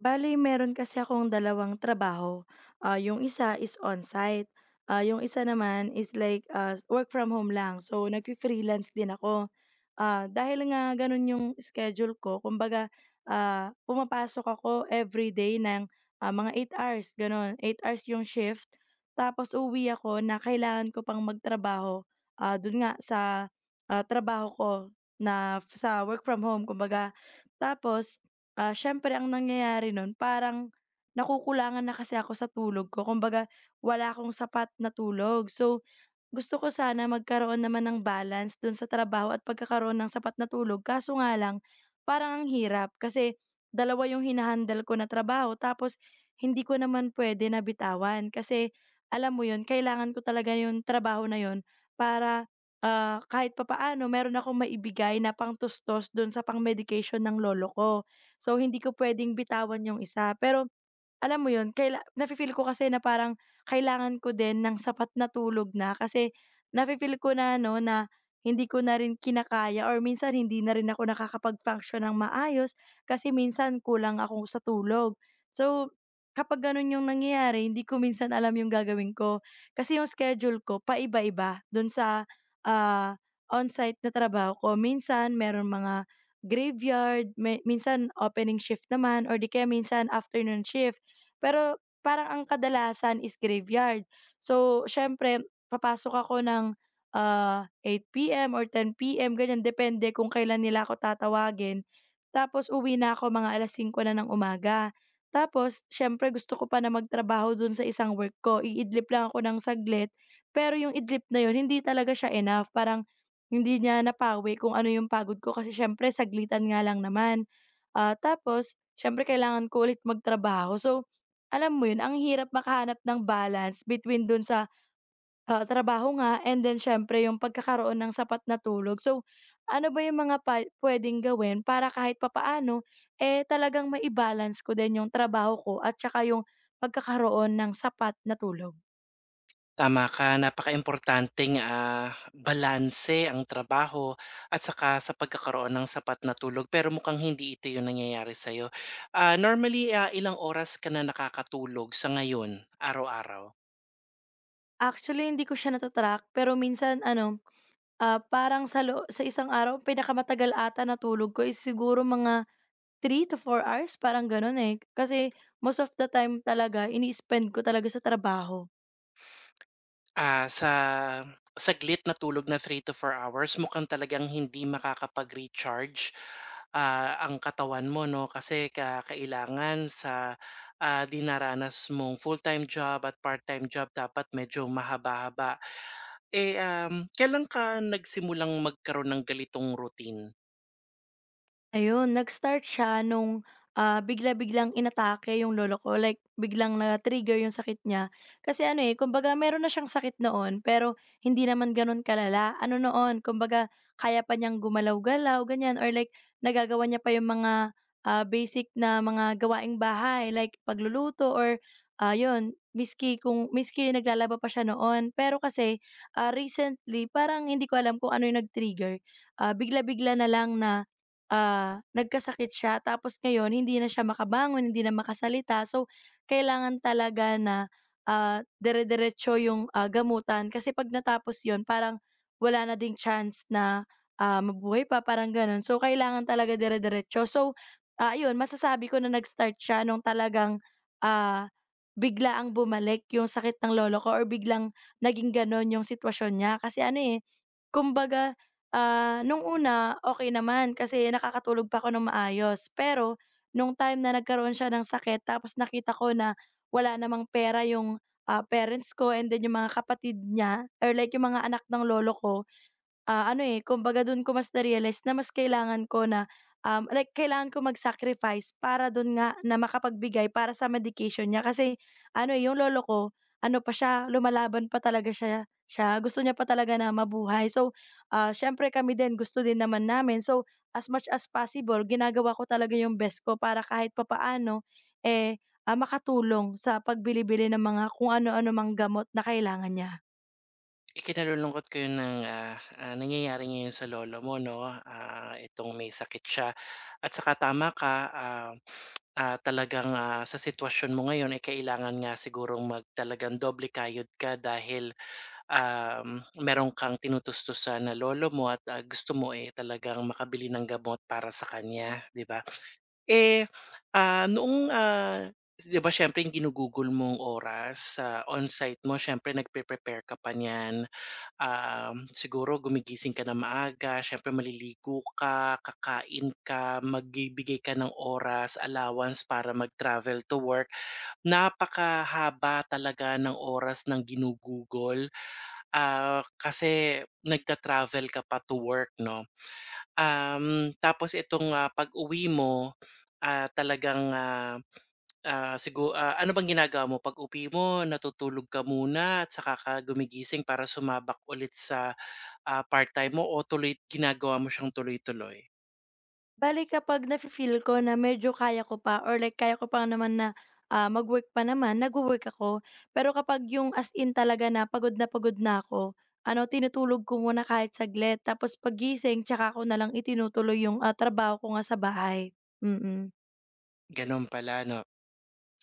Bali meron kasi akong dalawang trabaho, yung isa is on-site, yung isa naman is like, work from home lang. So nagfi-freelance din ako. Ah, dahil nga gano'n yung schedule ko kumbaga, pumapasok ako everyday ng, mga eight hours gano'n, eight hours yung shift. Tapos uwi ako na kailangan ko pang magtrabaho, dun nga sa, trabaho ko na sa work from home kumbaga. Tapos, siyempre ang nangyayari nun parang nakukulangan na kasi ako sa tulog ko kumbaga wala akong sapat na tulog. So gusto ko sana magkaroon naman ng balance dun sa trabaho at pagkakaroon ng sapat na tulog kaso nga lang, parang ang hirap kasi dalawa yung hina-handle ko na trabaho tapos hindi ko naman pwede na bitawan kasi alam mo yun, kailangan ko talaga yung trabaho na yun para, kahit papaano meron akong maibigay na pangtustos dun sa pang-medication ng lolo ko. So, hindi ko puwedeng bitawan yung isa pero alam mo yun, nafi-feel ko kasi na parang kailangan ko din ng sapat na tulog na kasi nafi-feel ko na no na hindi ko na rin kinakaya or minsan hindi na rin ako nakakapag-function ng maayos kasi minsan kulang ako sa tulog. So, kapag ganun yung nangyayari hindi ko minsan alam yung gagawin ko. Kasi yung schedule ko paiba-iba dun sa, ah, on-site na trabaho ko. Minsan meron mga graveyard, me minsan opening shift naman or di kaya minsan afternoon shift. Pero parang ang kadalasan is graveyard. So, siyempre papasok ako ng, 8:00 PM or 10:00 PM ganyan depende kung kailan nila ako tatawagin. Tapos uwi na ako mga 5:00 na ng umaga. Tapos siyempre gusto ko pa na magtrabaho dun sa isang work ko, iidlip lang ako ng saglit, pero yung idlip na yun hindi talaga siya enough, parang hindi niya napawi kung ano yung pagod ko kasi siyempre saglitan nga lang naman. Ah, tapos siyempre kailangan ko ulit magtrabaho. So alam mo yun, ang hirap makahanap ng balance between dun sa, trabaho nga and then siyempre yung pagkakaroon ng sapat na tulog. So, ano ba yung mga pa puwedeng gawin para kahit papaano, talagang maibalance ko din yung trabaho ko at tsaka yung pagkakaroon ng sapat na tulog? Tama ka, napaka napakaimportanteng balanse ang trabaho at saka sa pagkakaroon ng sapat na tulog, pero mukhang hindi ito 'yung nangyayari sa'yo. Normally, ilang oras ka na nakakatulog sa ngayon, araw-araw? Actually, hindi ko siya nata-track pero minsan ano, parang sa sa isang araw pinakamatagal ata na tulog ko is siguro mga three to four hours parang gano'n, eh. Kasi most of the time talaga ini-spend ko talaga sa trabaho. Sa saglit na tulog na 3 to 4 hours, mukhang talagang hindi makakapag-recharge, ang katawan mo 'no, kasi ka kailangan sa, dinaranas mong full-time job at part-time job, dapat medyo mahaba-haba. Kailan ka nagsimulang magkaroon ng ganitong routine? Ayun, nag-start siya nung, bigla-biglang inatake yung lolo ko, like biglang na-trigger yung sakit niya. Kasi ano, eh, kumbaga meron na siyang sakit noon, pero hindi naman gano'n kalala. Ano noon, kumbaga kaya pa niyang gumalaw-galaw, ganyan or like nagagawa niya pa yung mga, basic na mga gawaing bahay, like pagluluto or, yun. Kung maski naglalaba pa siya noon. Pero kasi, recently parang hindi ko alam kung ano yung nag-trigger, bigla-bigla na lang na nagkasakit siya tapos ngayon hindi na siya makabangon, hindi na makasalita. So, kailangan talaga na, dire-diretso yung, gamutan kasi 'pag natapos yon parang wala na ding chance na, mabuhay pa, parang gano'n. So, kailangan talaga dire-diretso. So, ayun masasabi ko na nag-start siya nung talagang, ah, bigla ang bumalik yung sakit ng lolo ko or biglang naging gano'n yung sitwasyon niya. Kasi ano, eh, kumbaga Ah, nung una, okey naman kasi nakakatulog pa ako ng maayos. Pero nung time na nagkaroon siya ng sakit tapos nakita ko na wala namang pera yung, parents ko and then yung mga kapatid niya or like yung mga anak ng lolo ko, Ah, ano, eh, kumbaga dun ko mas na-realize na mas kailangan ko na, like kailangan ko mag-sacrifice para dun nga na makapagbigay para sa medication niya kasi ano, eh, yung lolo ko ano pa siya, lumalaban pa talaga siya siya, gusto niya pa talaga na mabuhay. So, siyempre kami din gusto din naman namin. So, as much as possible ginagawa ko talaga yung best ko para kahit papaano, eh, makatulong sa pagbili-bili ng mga kung ano-ano mang gamot na kailangan niya. Ikinalulungkot ko 'yun ng, nangyayari ngayon sa lolo mo 'no, ah, itong may sakit siya, at saka tama ka, talagang, sa sitwasyon mo ngayon ay kailangan nga sigurong mag doble kayod ka dahil, meron kang tinutustusan na lolo mo, at, ah, gusto mo, eh, talagang makabili ng gamot para sa kanya, 'di ba? Eh, ah, noong, ah, 'Di ba siyempre yung ginugugol mong oras sa on-site mo, siyempre nagpe-prepare ka pa niyan. Siguro gumigising ka na maaga, siyempre maliligo ka, kakain ka, magbibigay ka ng oras, allowance para mag-travel to work. Napakahaba talaga ng oras ng ginugugol, kasi nagta-travel ka pa to work 'no? Tapos itong, pag-uwi mo, ah, talagang, ah. Ano bang ginagawa mo 'pag uwi mo, natutulog ka muna at saka ka gumigising para sumabak ulit sa, part-time mo, o tuloy ginagawa mo siyang tuloy-tuloy? Bale kapag nafi-feel ko na medyo kaya ko pa or like kaya ko pa naman na, mag-work pa naman, nagwo-work ako. Pero kapag yung as in talaga na pagod na pagod na ako, ano tinutulog ko muna kahit saglit tapos paggising tsaka ko nalang itinutuloy yung, trabaho ko nga sa bahay. Mm, Gano'n pala 'no.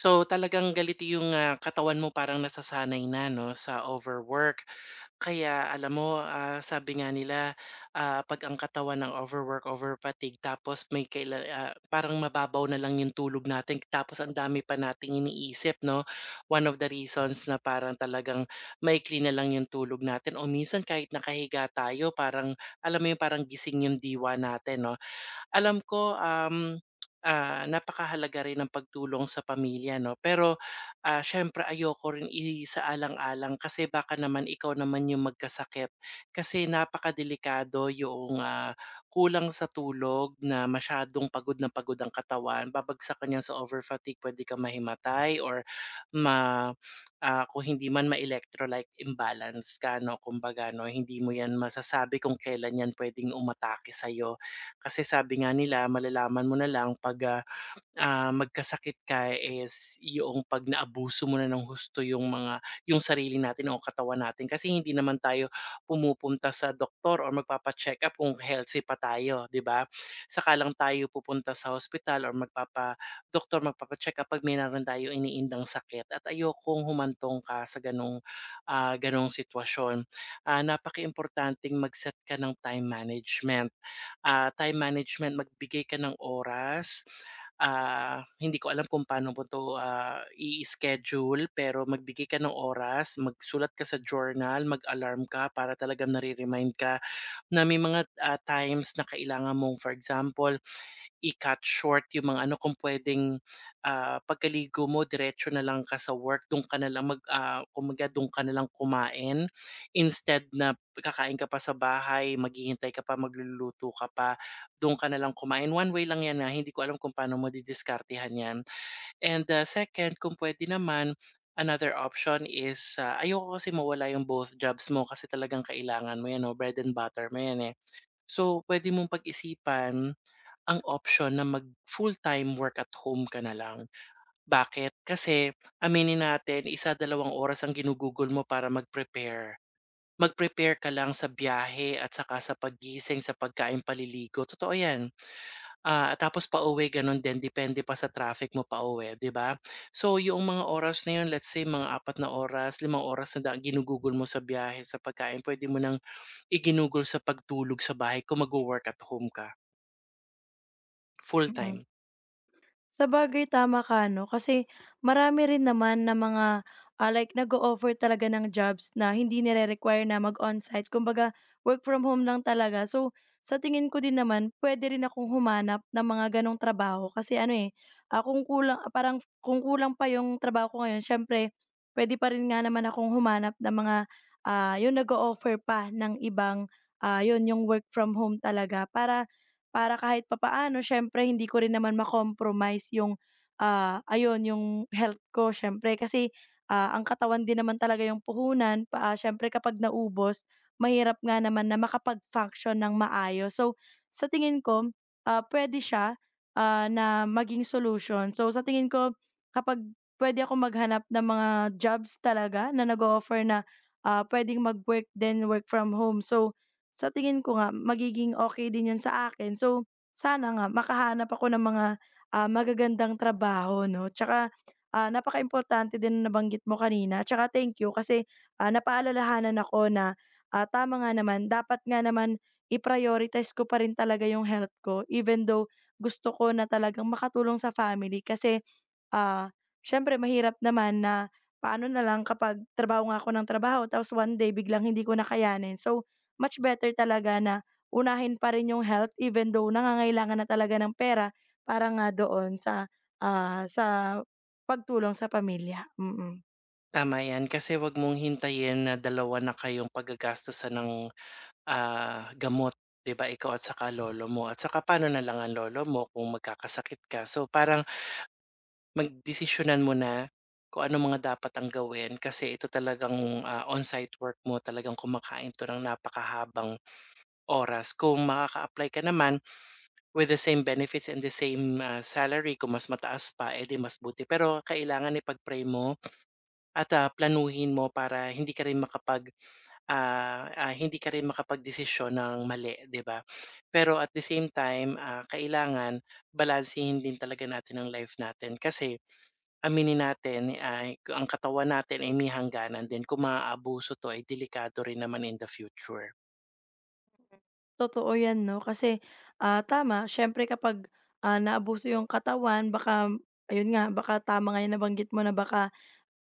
So, talagang galiti yung, ah, katawan mo, parang nasasanay na 'no sa overwork. Kaya alam mo, ah, sabi nga nila, 'pag ang katawan ng overwork, overfatigue, tapos may kaila ah, parang mababaw na lang yung tulog natin, tapos ang dami pa nating iniisip 'no. One of the reasons na parang talagang maikli na lang yung tulog natin, o minsan kahit nakahiga tayo, parang alam mo yun, parang gising yung diwa natin 'no. Alam ko, napakahalaga rin ng pagtulong sa pamilya 'no, pero, siyempre ayoko rin isaalang-alang kasi baka naman ikaw naman yung magkasakit. Kasi napakadelikado yung, kulang sa tulog na masyadong pagod na pagod ang katawan, babagsakan yan sa over-fatigue, pwede ka mahimatay or ma kung hindi man ma-electrolyte imbalance ka 'no, kumbaga 'no, hindi mo yan masasabi kung kelan yan puwedeng umatake sa'yo. Kasi sabi nga nila, malalaman mo na lang 'pag, magkasakit ka is yung 'pag naabuso mo na ng husto yung mga yung sarili natin o katawan natin, kasi hindi naman tayo pumupunta sa doktor or magpapa-check-up kung healthy pa tayo, 'di ba? Saka lang tayo pupunta sa hospital or magpapa-doktor, magpapa-check-up 'pag meron tayong iniindang sakit, at ayokong humantong ka sa gano'ng, gano'ng sitwasyon. Napakaimportanteng mag-set ka ng time management. Time management, magbigay ka ng oras. Hindi ko alam kung paano mo 'to, ah, i-schedule, pero magbigay ka ng oras, magsulat ka sa journal, mag-alarm ka para talagang nare-remind ka na may mga, ah, times na kailangan mong, for example, i-cut short yung mga ano, kung puwedeng, pagkaligo mo diretso na lang ka sa work, do'n ka na lang mag ah, kumbaga do'n ka na lang kumain, instead na kakain ka pa sa bahay, maghihintay ka pa, magluluto ka pa, do'n ka na lang kumain. One way lang 'yan, ah, hindi ko alam kung paano mo didiskartehan 'yan. And, second, kung pwede naman, another option is, ah, ayoko kasi mawala yung both jobs mo, kasi talagang kailangan mo 'yan 'no, bread and butter mo 'yan, eh. So, pwede mong pag-isipan ang option na mag full-time work at home ka na lang. Bakit? Kasi aminin natin, isa, 2 oras ang ginugugol mo para mag-prepare. Mag-prepare ka lang sa biyahe at saka sa paggising, sa pagkain, paliligo. Totoo yan. Tapos pauwi, ganun din. Depende pa sa traffic mo pauwi, di ba? So, yung mga oras na yun, let's say mga 4 na oras, 5 oras na ginugugol mo sa biyahe, sa pagkain, pwede mo nang iginugol sa pagtulog sa bahay kung mag-work at home ka. mm. Full-time. Sabagay tama ka 'no, kasi marami rin naman na mga, like nag-o-offer talaga ng jobs na hindi nire-require na mag-onsite kumbaga work from home lang talaga. So, sa tingin ko din naman puwede rin akong humanap ng mga gano'ng trabaho kasi ano, eh, kung kulang ah, parang kung kulang pa 'yung trabaho ko ngayon siyempre puwede pa rin nga naman akong humanap ng mga, 'yung nag-o-offer pa ng ibang, 'yun 'yung work from home talaga para para kahit papaano siyempre hindi ko rin naman ma-compromise yung, ayun yung health ko siyempre kasi, ang katawan din naman talaga yung puhunan pa, siyempre kapag naubos mahirap nga naman na makapag-function ng maayos. So, sa tingin ko, puwede siya, na maging solution. So, sa tingin ko kapag puwede ako maghanap ng mga jobs talaga na nag offer na, puwedeng mag-work din, work from home. So sa tingin ko nga magiging okay din 'yun sa akin. So, sana nga makahanap ako ng mga, magagandang trabaho 'no, tsaka, ah, importante din na nabanggit mo kanina tsaka thank you kasi, napaalalahanan ako na, tama nga naman dapat nga naman i-prioritize ko pa rin talaga yung health ko even though gusto ko na talagang makatulong sa family kasi Ah, siyempre mahirap naman na paano na lang kapag trabaho nga ako ng trabaho tapos one day biglang hindi ko na So, much better talaga na unahin pa rin yung health even though nangangailangan na talaga ng pera para nga doon sa, sa pagtulong sa pamilya, mm. Tama 'yan, kasi 'wag mong hintayin na dalawa na kayong paggagastusan ng, gamot, 'di ba, ikaw at saka lolo mo, at saka pa'no na lang ang lolo mo kung magkakasakit ka. So, parang magdesisyonan mo na kung ano mga dapat ang gawin, kasi ito talagang, ah, on-site work mo, talagang kumakain 'to ng napakahabang oras. Kung makaka-apply ka naman with the same benefits and the same, ah, salary, kung mas mataas pa, eh, mas buti. Pero kailangan ipag-pray mo at, ah, planuhin mo para hindi ka rin makapag hindi ka rin makapagdesisyon ng mali, 'di ba? Pero at the same time, ah, kailangan balansehin din talaga natin ang life natin, kasi aminin natin ay ang katawan natin ay may hangganan din. Kung maaabuso 'to ay delikado rin naman in the future. Totoo 'yan 'no, kasi, tama siyempre kapag, naabuso yung katawan baka ayun nga, baka tama nga yung nabanggit mo na baka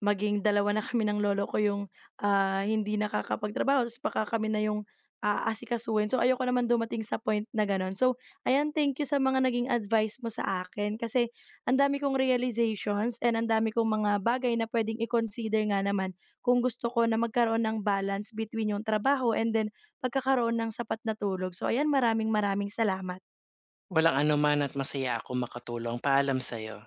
maging dalawa na kami ng lolo ko yung, hindi nakakapagtrabaho ta's baka kami na yung aasikasuhin. So, ayoko naman dumating sa point na gano'n. So, ayan, thank you sa mga naging advice mo sa akin kasi ang dami kong realizations and ang dami kong mga bagay na puwedeng i-consider nga naman kung gusto ko na magkaroon ng balance between yung trabaho and then pagkakaroon ng sapat na tulog. So, ayan, maraming maraming salamat. Walang anuman at masaya ako makatulong. Paalam sa'yo.